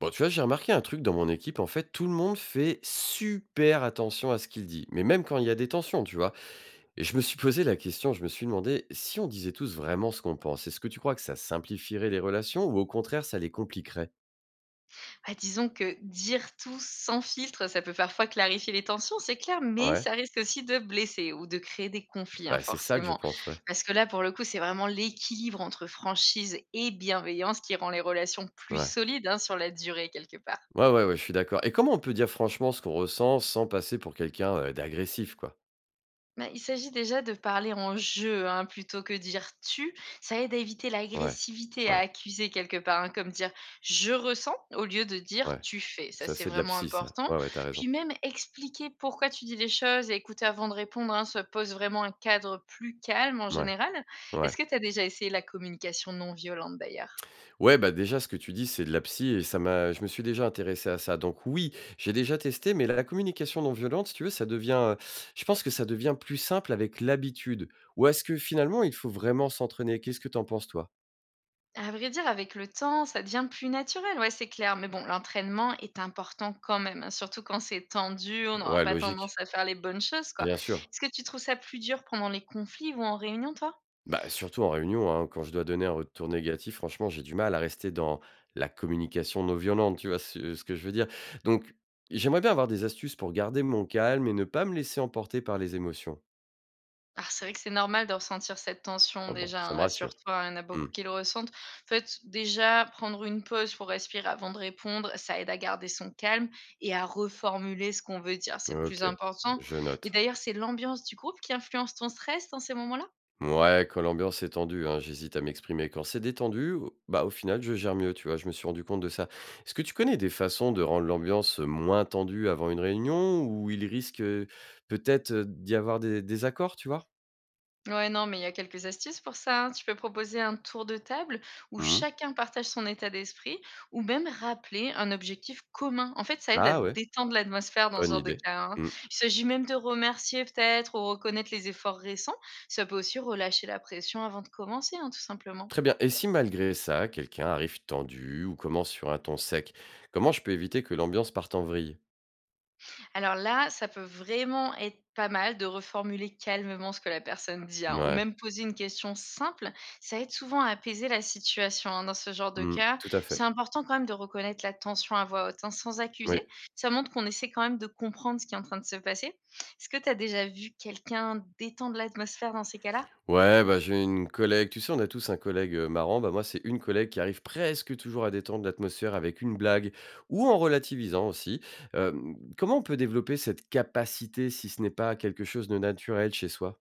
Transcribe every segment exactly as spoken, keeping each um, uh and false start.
Bon, tu vois, j'ai remarqué un truc dans mon équipe. En fait, tout le monde fait super attention à ce qu'il dit, mais même quand il y a des tensions, tu vois. Et je me suis posé la question, je me suis demandé si on disait tous vraiment ce qu'on pense, est-ce que tu crois que ça simplifierait les relations ou au contraire ça les compliquerait. Bah, disons que dire tout sans filtre, ça peut parfois clarifier les tensions, c'est clair, mais Ouais, ça risque aussi de blesser ou de créer des conflits, hein, bah, c'est ça que je forcément. pense, ouais. Parce que là, pour le coup, c'est vraiment l'équilibre entre franchise et bienveillance qui rend les relations plus Ouais, solides hein, sur la durée, quelque part. ouais, ouais, ouais, je suis d'accord. Et comment on peut dire franchement ce qu'on ressent sans passer pour quelqu'un euh, d'agressif, quoi. Bah, il s'agit déjà de parler en «je», hein, plutôt que dire «tu». Ça aide à éviter Ouais, l'agressivité, à ouais, accuser quelque part, hein, comme dire «je ressens» au lieu de dire ouais. «tu fais». Ça, Ça, c'est c'est de la vraiment psy, ça. important. Ouais, ouais, t'as raison. Puis même expliquer pourquoi tu dis les choses et écouter avant de répondre, hein, ça pose vraiment un cadre plus calme en Ouais, général. ouais. Est-ce que tu as déjà essayé la communication non violente d'ailleurs? Ouais, bah, déjà ce que tu dis, c'est de la psy et ça m'a je me suis déjà intéressé à ça. Donc oui, j'ai déjà testé, mais la communication non violente, si tu veux, ça devient, heu, je pense que ça devient plus simple avec l'habitude. Ou est-ce que finalement il faut vraiment s'entraîner? Qu'est-ce que t'en penses toi? À vrai dire, avec le temps, ça devient plus naturel, ouais, c'est clair. Mais bon, l'entraînement est important quand même, hein, surtout quand c'est tendu, on n'aura Ouais, pas tendance logique, à faire les bonnes choses, quoi. bien sûr. Est-ce que tu trouves ça plus dur pendant les conflits ou en réunion, toi? Bah, surtout en réunion, hein, quand je dois donner un retour négatif, franchement, j'ai du mal à rester dans la communication non violente, tu vois ce ce que je veux dire? Donc j'aimerais bien avoir des astuces pour garder mon calme et ne pas me laisser emporter par les émotions. Ah, c'est vrai que c'est normal de ressentir cette tension Ah bon, déjà, ça hein, me rassure. rassure-toi, il y en a Mmh. beaucoup qui le ressentent. En fait, déjà, prendre une pause pour respirer avant de répondre, ça aide à garder son calme et à reformuler ce qu'on veut dire, c'est le plus OK, important. je Mais note. d'ailleurs, c'est l'ambiance du groupe qui influence ton stress dans ces moments-là? Ouais, quand l'ambiance est tendue, hein, j'hésite à m'exprimer. Quand c'est détendu, au bah, au final, je gère mieux, tu vois? Je me suis rendu compte de ça. Est-ce que tu connais des façons de rendre l'ambiance moins tendue avant une réunion où il risque, heu, peut-être, heu, d'y avoir des désaccords, tu vois? Ouais, non, mais il y a quelques astuces pour ça, hein. Tu peux proposer un tour de table où Mmh. chacun partage son état d'esprit ou même rappeler un objectif commun. En fait, ça aide à Ah ouais, détendre l'atmosphère dans ce bonne genre de idée. cas, hein. Mmh. Il s'agit même de remercier peut-être ou reconnaître les efforts récents. Ça peut aussi relâcher la pression avant de commencer, hein, tout simplement. Très bien, et si malgré ça quelqu'un arrive tendu ou commence sur un ton sec, comment je peux éviter que l'ambiance parte en vrille? Alors là, ça peut vraiment être pas mal de reformuler calmement ce que la personne dit, hein, ou Ouais. même poser une question simple. Ça aide souvent à apaiser la situation hein, dans ce genre de Mmh. cas. Tout à C'est fait. important quand même de reconnaître la tension à voix haute, hein, sans accuser. Oui. Ça montre qu'on essaie quand même de comprendre ce qui est en train de se passer. Est-ce que tu as déjà vu quelqu'un détendre l'atmosphère dans ces cas-là? Ouais, bah, j'ai une collègue, tu sais, on a tous un collègue euh, marrant. Bah, moi, c'est une collègue qui arrive presque toujours à détendre l'atmosphère avec une blague ou en relativisant aussi. Euh, comment on peut développer cette capacité si ce n'est pas quelque chose de naturel chez soi?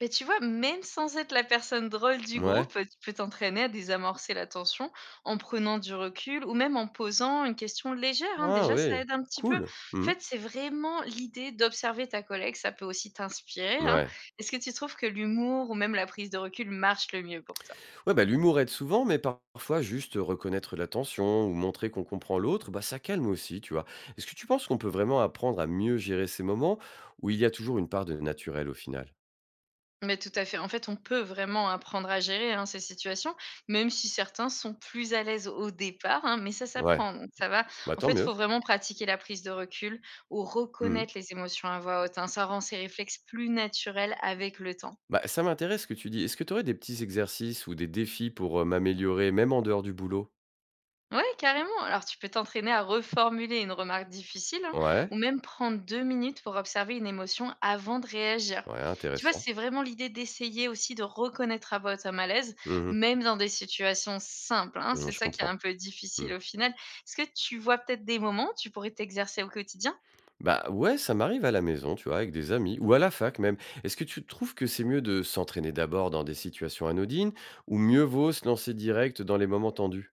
Beh, tu vois, même sans être la personne drôle du groupe, Ouais. tu peux t'entraîner à désamorcer la tension en prenant du recul ou même en posant une question légère, hein, Ah déjà ça oui, aide un petit peu. En cool. Mhm. fait, c'est vraiment l'idée d'observer ta collègue, ça peut aussi t'inspirer, hein. Ouais. Est-ce que tu trouves que l'humour ou même la prise de recul marche le mieux pour toi? Ouais, bah, l'humour aide souvent, mais par- parfois, juste reconnaître la tension ou montrer qu'on comprend l'autre, bah, ça calme aussi, tu vois. Est-ce que tu penses qu'on peut vraiment apprendre à mieux gérer ces moments où il y a toujours une part de naturel au final? Mais tout à fait. En fait, on peut vraiment apprendre à gérer, hein, ces situations, même si certains sont plus à l'aise au départ, hein, mais ça Ouais. s'apprend, donc ça va. Bah, En tant fait, il faut mieux. vraiment pratiquer la prise de recul ou Mhm. reconnaître les émotions à voix haute, hein. Ça rend ses réflexes plus naturels avec le temps. Bah, ça m'intéresse ce que tu dis. Est-ce que tu aurais des petits exercices ou des défis pour, heu, m'améliorer même en dehors du boulot? Ouais, carrément. Alors, tu peux t'entraîner à reformuler une remarque difficile hein, Ouais, ou même prendre deux minutes pour observer une émotion avant de réagir. ouais, Tu vois, intéressant. c'est vraiment l'idée d'essayer aussi de reconnaître à votre malaise, Mmh mh. même dans des situations simples. Hein. Mmh, C'est je ça qui est un comprends. peu Mmh. difficile au final. Est-ce que tu vois peut-être des moments où tu pourrais t'exercer au quotidien? Bah, ouais, ça m'arrive à la maison, tu vois, avec des amis ou à la fac même. Est-ce que tu trouves que c'est mieux de s'entraîner d'abord dans des situations anodines ou mieux vaut se lancer direct dans les moments tendus?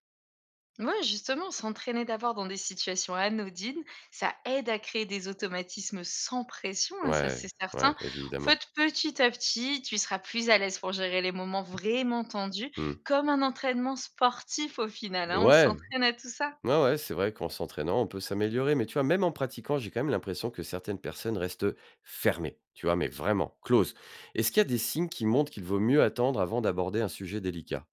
Ouais, justement, s'entraîner d'abord dans des situations anodines, ça aide à créer des automatismes sans pression, hein, ça c'est Ouais, certain. ouais, En évidemment. fait, petit à petit, tu seras plus à l'aise pour gérer les moments vraiment tendus, Mmh. comme un entraînement sportif au final. Hein, on Ouais. s'entraîne à tout ça. Ouais, ouais, c'est vrai qu'en s'entraînant, on peut s'améliorer, mais tu vois, même en pratiquant, j'ai quand même l'impression que certaines personnes restent fermées, tu vois, mais vraiment, close. Est-ce qu'il y a des signes qui montrent qu'il vaut mieux attendre avant d'aborder un sujet délicat?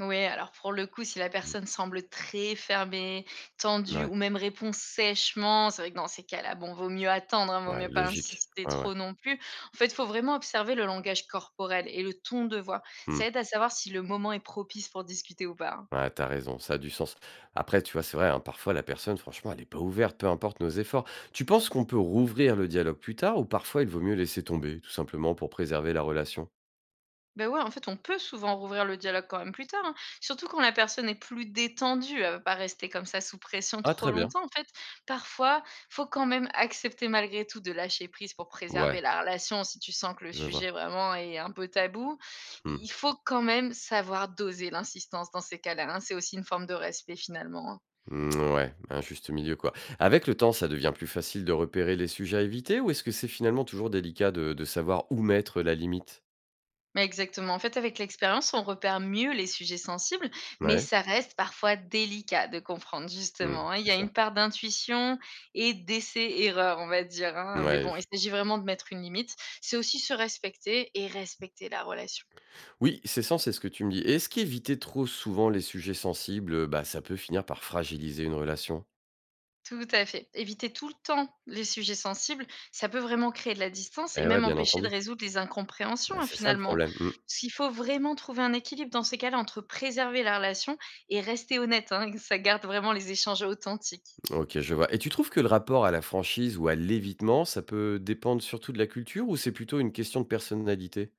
Oui, alors pour le coup, si la Mm. personne semble très fermée, tendue Ouais, ou même répond sèchement, c'est vrai que dans ces cas-là, bon, vaut mieux attendre, hein, vaut ouais, mieux pas logique. insister Ouais, ouais. trop non plus. En fait, il faut vraiment observer le langage corporel et le ton de voix. Mm. Ça aide à savoir si le moment est propice pour discuter ou pas. Hein. Ouais, t'as raison, ça a du sens. Après, tu vois, c'est vrai, hein, parfois la personne, franchement, elle n'est pas ouverte, peu importe nos efforts. Tu penses qu'on peut rouvrir le dialogue plus tard ou parfois il vaut mieux laisser tomber, tout simplement pour préserver la relation? Ben ouais, en fait, on peut souvent rouvrir le dialogue quand même plus tard, hein. Surtout quand la personne est plus détendue, elle va pas rester comme ça sous pression Ah, trop très bien. longtemps. En fait, parfois, faut quand même accepter malgré tout de lâcher prise pour préserver Ouais, la relation. Si tu sens que le je vois. sujet vraiment est un peu tabou, Mmh. il faut quand même savoir doser l'insistance dans ces cas-là, hein. C'est aussi une forme de respect finalement, hein. Mmh, ouais, un juste milieu, quoi. Avec le temps, ça devient plus facile de repérer les sujets à éviter ou est-ce que c'est finalement toujours délicat de, de savoir où mettre la limite? Mais exactement. En fait, avec l'expérience, on repère mieux les sujets sensibles, mais Ouais, ça reste parfois délicat de comprendre, mmh, justement. Hein. Il y c'est a une ça. part d'intuition et d'essai-erreur, on va dire. Hein. Mais Ouais, bon, il je- s'agit vraiment de mettre une limite. C'est aussi se respecter et respecter la relation. Oui, c'est ça, c'est ce que tu me dis. Est-ce qu'éviter trop souvent les sujets sensibles, euh, bah, ça peut finir par fragiliser une relation? Tout à fait. Éviter tout le temps les sujets sensibles, ça peut vraiment créer de la distance et Eh ouais, même bien empêcher de entendu. résoudre les incompréhensions, Ouais, hein, c'est ça le finalement. problème. Mm. Parce qu'il faut vraiment trouver un équilibre dans ces cas-là entre préserver la relation et rester honnête. Hein, que ça garde vraiment les échanges authentiques. Ok, je vois. Et tu trouves que le rapport à la franchise ou à l'évitement, ça peut dépendre surtout de la culture ou c'est plutôt une question de personnalité?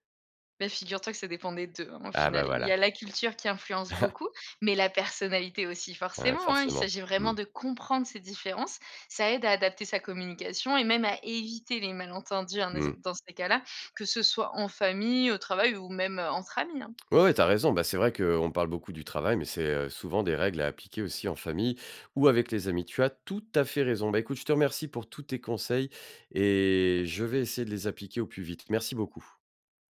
Bah, figure-toi que ça dépendait d'eux, hein, au Ah bah final. Il y a voilà, la culture qui influence beaucoup, mais la personnalité aussi Ouais, forcément, hein. Il forcément. s'agit Mm. vraiment de comprendre ces différences. Ça aide à adapter sa communication et même à éviter les malentendus, hein, dans Mm. dans ces cas-là, que ce soit en famille, au travail ou même, heu, entre amis, hein. Ouais, ouais, tu raison. Bah, c'est vrai qu'on parle beaucoup du travail, mais c'est euh, souvent des règles à appliquer aussi en famille ou avec les amis. Tu as tout à fait raison. Bah, écoute, je te remercie pour tous tes conseils et je vais essayer de les appliquer au plus vite. Merci beaucoup.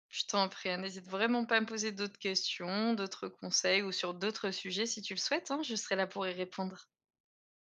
Je t'en prie, hein, n'hésite vraiment pas à me poser d'autres questions, d'autres conseils ou sur d'autres sujets si tu le souhaites, hein, je serai là pour y répondre.